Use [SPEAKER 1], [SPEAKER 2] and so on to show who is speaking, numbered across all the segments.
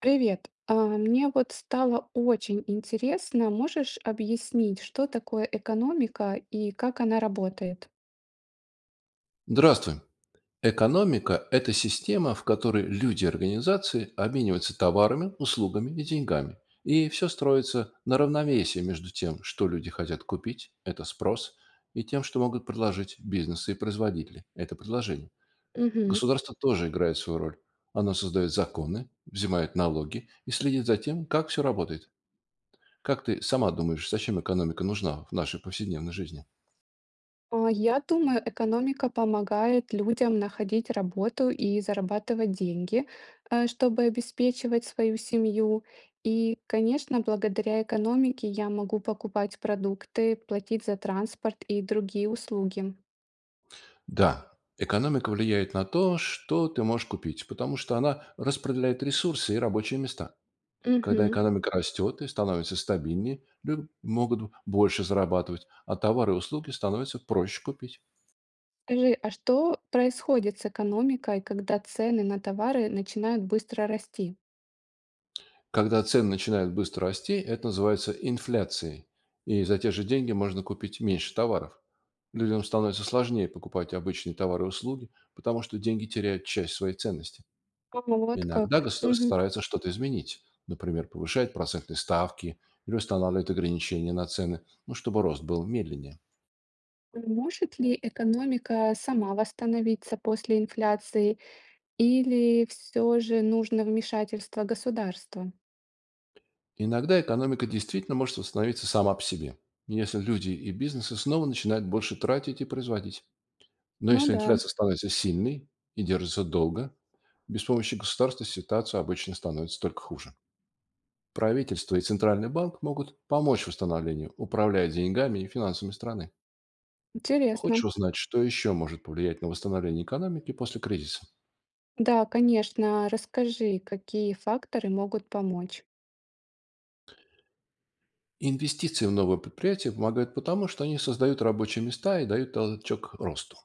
[SPEAKER 1] Привет. Мне вот стало очень интересно, можешь объяснить, что такое экономика и как она работает?
[SPEAKER 2] Здравствуй. Экономика– это система, в которой люди и организации обмениваются товарами, услугами и деньгами. И все строится на равновесии между тем, что люди хотят купить– это спрос, и тем, что могут предложить бизнесы и производители– это предложение.
[SPEAKER 1] Мгм.
[SPEAKER 2] Государство тоже играет свою роль. Оно создает законы, взимает налоги и следит за тем, как все работает. Как ты сама думаешь, зачем экономика нужна в нашей повседневной жизни?
[SPEAKER 1] Я думаю, экономика помогает людям находить работу и зарабатывать деньги, чтобы обеспечивать свою семью. И, конечно, благодаря экономике я могу покупать продукты, платить за транспорт и другие услуги.
[SPEAKER 2] Да, экономика влияет на то, что ты можешь купить, потому что она распределяет ресурсы и рабочие места. Когда
[SPEAKER 1] Мгм.
[SPEAKER 2] экономика растет и становится стабильнее, люди могут больше зарабатывать, а товары и услуги становятся проще купить.
[SPEAKER 1] Скажи, а что происходит с экономикой, когда цены на товары начинают быстро расти?
[SPEAKER 2] Когда цены начинают быстро расти, это называется инфляцией, и за те же деньги можно купить меньше товаров. Людям становится сложнее покупать обычные товары и услуги, потому что деньги теряют часть своей ценности.
[SPEAKER 1] Вот
[SPEAKER 2] Иногда
[SPEAKER 1] как.
[SPEAKER 2] государство
[SPEAKER 1] Мгм.
[SPEAKER 2] старается что-то изменить, например, повышает процентные ставки или устанавливает ограничения на цены, ну, чтобы рост был медленнее.
[SPEAKER 1] Может ли экономика сама восстановиться после инфляции, или все же нужно вмешательство государства?
[SPEAKER 2] Иногда экономика действительно может восстановиться сама по себе, если люди и бизнесы снова начинают больше тратить и производить. Но
[SPEAKER 1] Ну
[SPEAKER 2] если
[SPEAKER 1] да,
[SPEAKER 2] инфляция становится сильной и держится долго, без помощи государства ситуация обычно становится только хуже. Правительство и Центральный банк могут помочь восстановлению, управляя деньгами и финансами страны.
[SPEAKER 1] интересно.
[SPEAKER 2] Хочешь узнать, что еще может повлиять на восстановление экономики после кризиса?
[SPEAKER 1] Да, конечно. Расскажи, какие факторы могут помочь.
[SPEAKER 2] Инвестиции в новые предприятия помогают потому, что они создают рабочие места и дают толчок росту.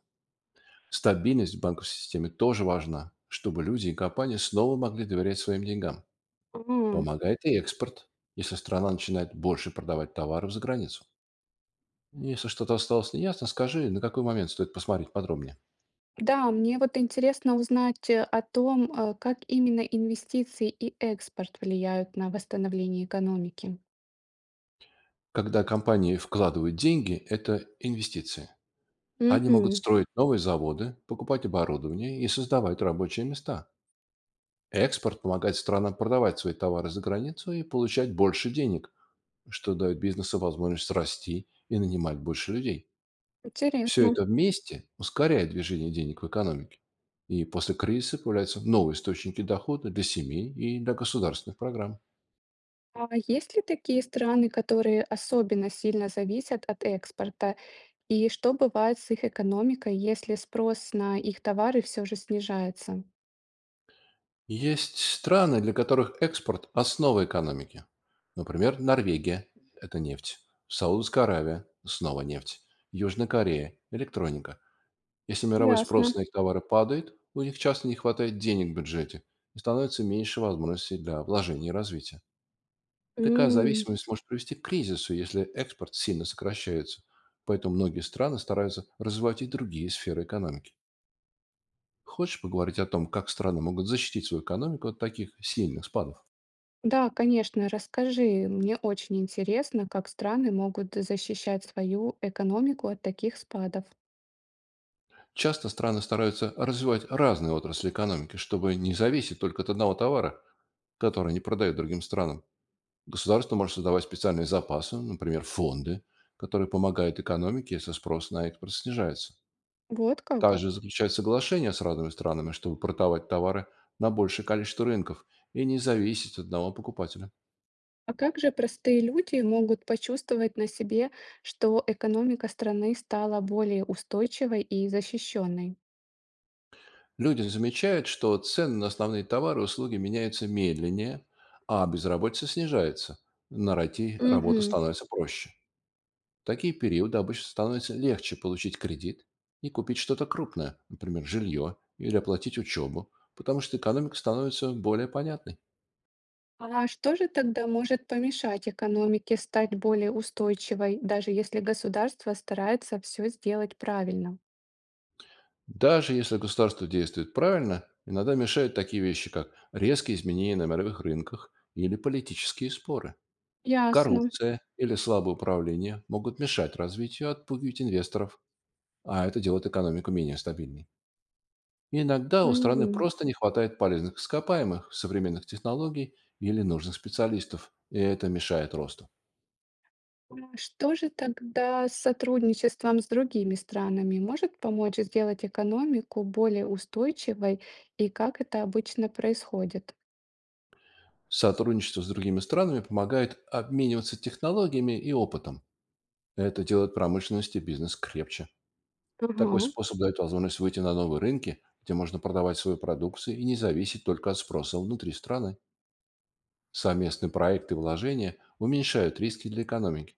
[SPEAKER 2] Стабильность в банковской системе тоже важна, чтобы люди и компании снова могли доверять своим деньгам.
[SPEAKER 1] А,
[SPEAKER 2] Помогает и экспорт, если страна начинает больше продавать товаров за границу. Если что-то осталось неясно, скажи, на какой момент стоит посмотреть подробнее.
[SPEAKER 1] Да, мне вот интересно узнать о том, как именно инвестиции и экспорт влияют на восстановление экономики.
[SPEAKER 2] Когда компании вкладывают деньги, это инвестиции. Они могут
[SPEAKER 1] Мгм.
[SPEAKER 2] строить новые заводы, покупать оборудование и создавать рабочие места. Экспорт помогает странам продавать свои товары за границу и получать больше денег, что дает бизнесу возможность расти и нанимать больше людей. Все
[SPEAKER 1] Интересно.
[SPEAKER 2] это вместе ускоряет движение денег в экономике. И после кризиса появляются новые источники дохода для семей и для государственных программ.
[SPEAKER 1] А есть ли такие страны, которые особенно сильно зависят от экспорта? И что бывает с их экономикой, если спрос на их товары все же снижается?
[SPEAKER 2] Есть страны, для которых экспорт– основа экономики. Например, Норвегия– это нефть. Саудовская Аравия– снова нефть. Южная Корея– электроника. Если мировой
[SPEAKER 1] Ясно.
[SPEAKER 2] спрос на их товары падает, у них часто не хватает денег в бюджете и становится меньше возможностей для вложений и развития. Такая
[SPEAKER 1] М.
[SPEAKER 2] зависимость может привести к кризису, если экспорт сильно сокращается. Поэтому многие страны стараются развивать и другие сферы экономики. Хочешь поговорить о том, как страны могут защитить свою экономику от таких сильных спадов?
[SPEAKER 1] Да, конечно, расскажи. Мне очень интересно, как страны могут защищать свою экономику от таких спадов.
[SPEAKER 2] Часто страны стараются развивать разные отрасли экономики, чтобы не зависеть только от одного товара, который они продают другим странам. Государство может создавать специальные запасы, например, фонды, которые помогают экономике, если спрос на экспорт снижается.
[SPEAKER 1] Вот как?
[SPEAKER 2] Также заключают соглашения с разными странами, чтобы продавать товары на большее количество рынков и не зависеть от одного покупателя.
[SPEAKER 1] А как же простые люди могут почувствовать на себе, что экономика страны стала более устойчивой и защищенной?
[SPEAKER 2] Люди замечают, что цены на основные товары и услуги меняются медленнее, а безработица снижается. Найти работу
[SPEAKER 1] Мгм.
[SPEAKER 2] становится проще. В такие периоды обычно становится легче получить кредит и купить что-то крупное, например, жилье или оплатить учебу, потому что экономика становится более понятной.
[SPEAKER 1] А что же тогда может помешать экономике стать более устойчивой, даже если государство старается все сделать правильно?
[SPEAKER 2] Даже если государство действует правильно, иногда мешают такие вещи, как резкие изменения на мировых рынках или политические споры.
[SPEAKER 1] Ясно.
[SPEAKER 2] Коррупция или слабое управление могут мешать развитию, и отпугивать инвесторов, а это делает экономику менее стабильной. Иногда у страны
[SPEAKER 1] М.
[SPEAKER 2] просто не хватает полезных ископаемых, современных технологий или нужных специалистов, и это мешает росту.
[SPEAKER 1] Что же тогда с сотрудничеством с другими странами может помочь сделать экономику более устойчивой и как это обычно происходит?
[SPEAKER 2] Сотрудничество с другими странами помогает обмениваться технологиями и опытом. Это делает промышленность и бизнес крепче. Такой
[SPEAKER 1] Ага.
[SPEAKER 2] способ дает возможность выйти на новые рынки, где можно продавать свою продукцию и не зависеть только от спроса внутри страны. Совместные проекты и вложения уменьшают риски для экономики.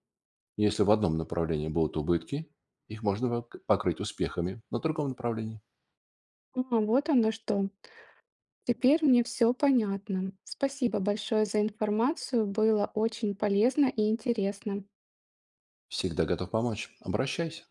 [SPEAKER 2] Если в одном направлении будут убытки, их можно покрыть успехами на другом направлении.
[SPEAKER 1] А, вот оно что. Теперь мне все понятно. Спасибо большое за информацию. Было очень полезно и интересно.
[SPEAKER 2] Всегда готов помочь. Обращайся.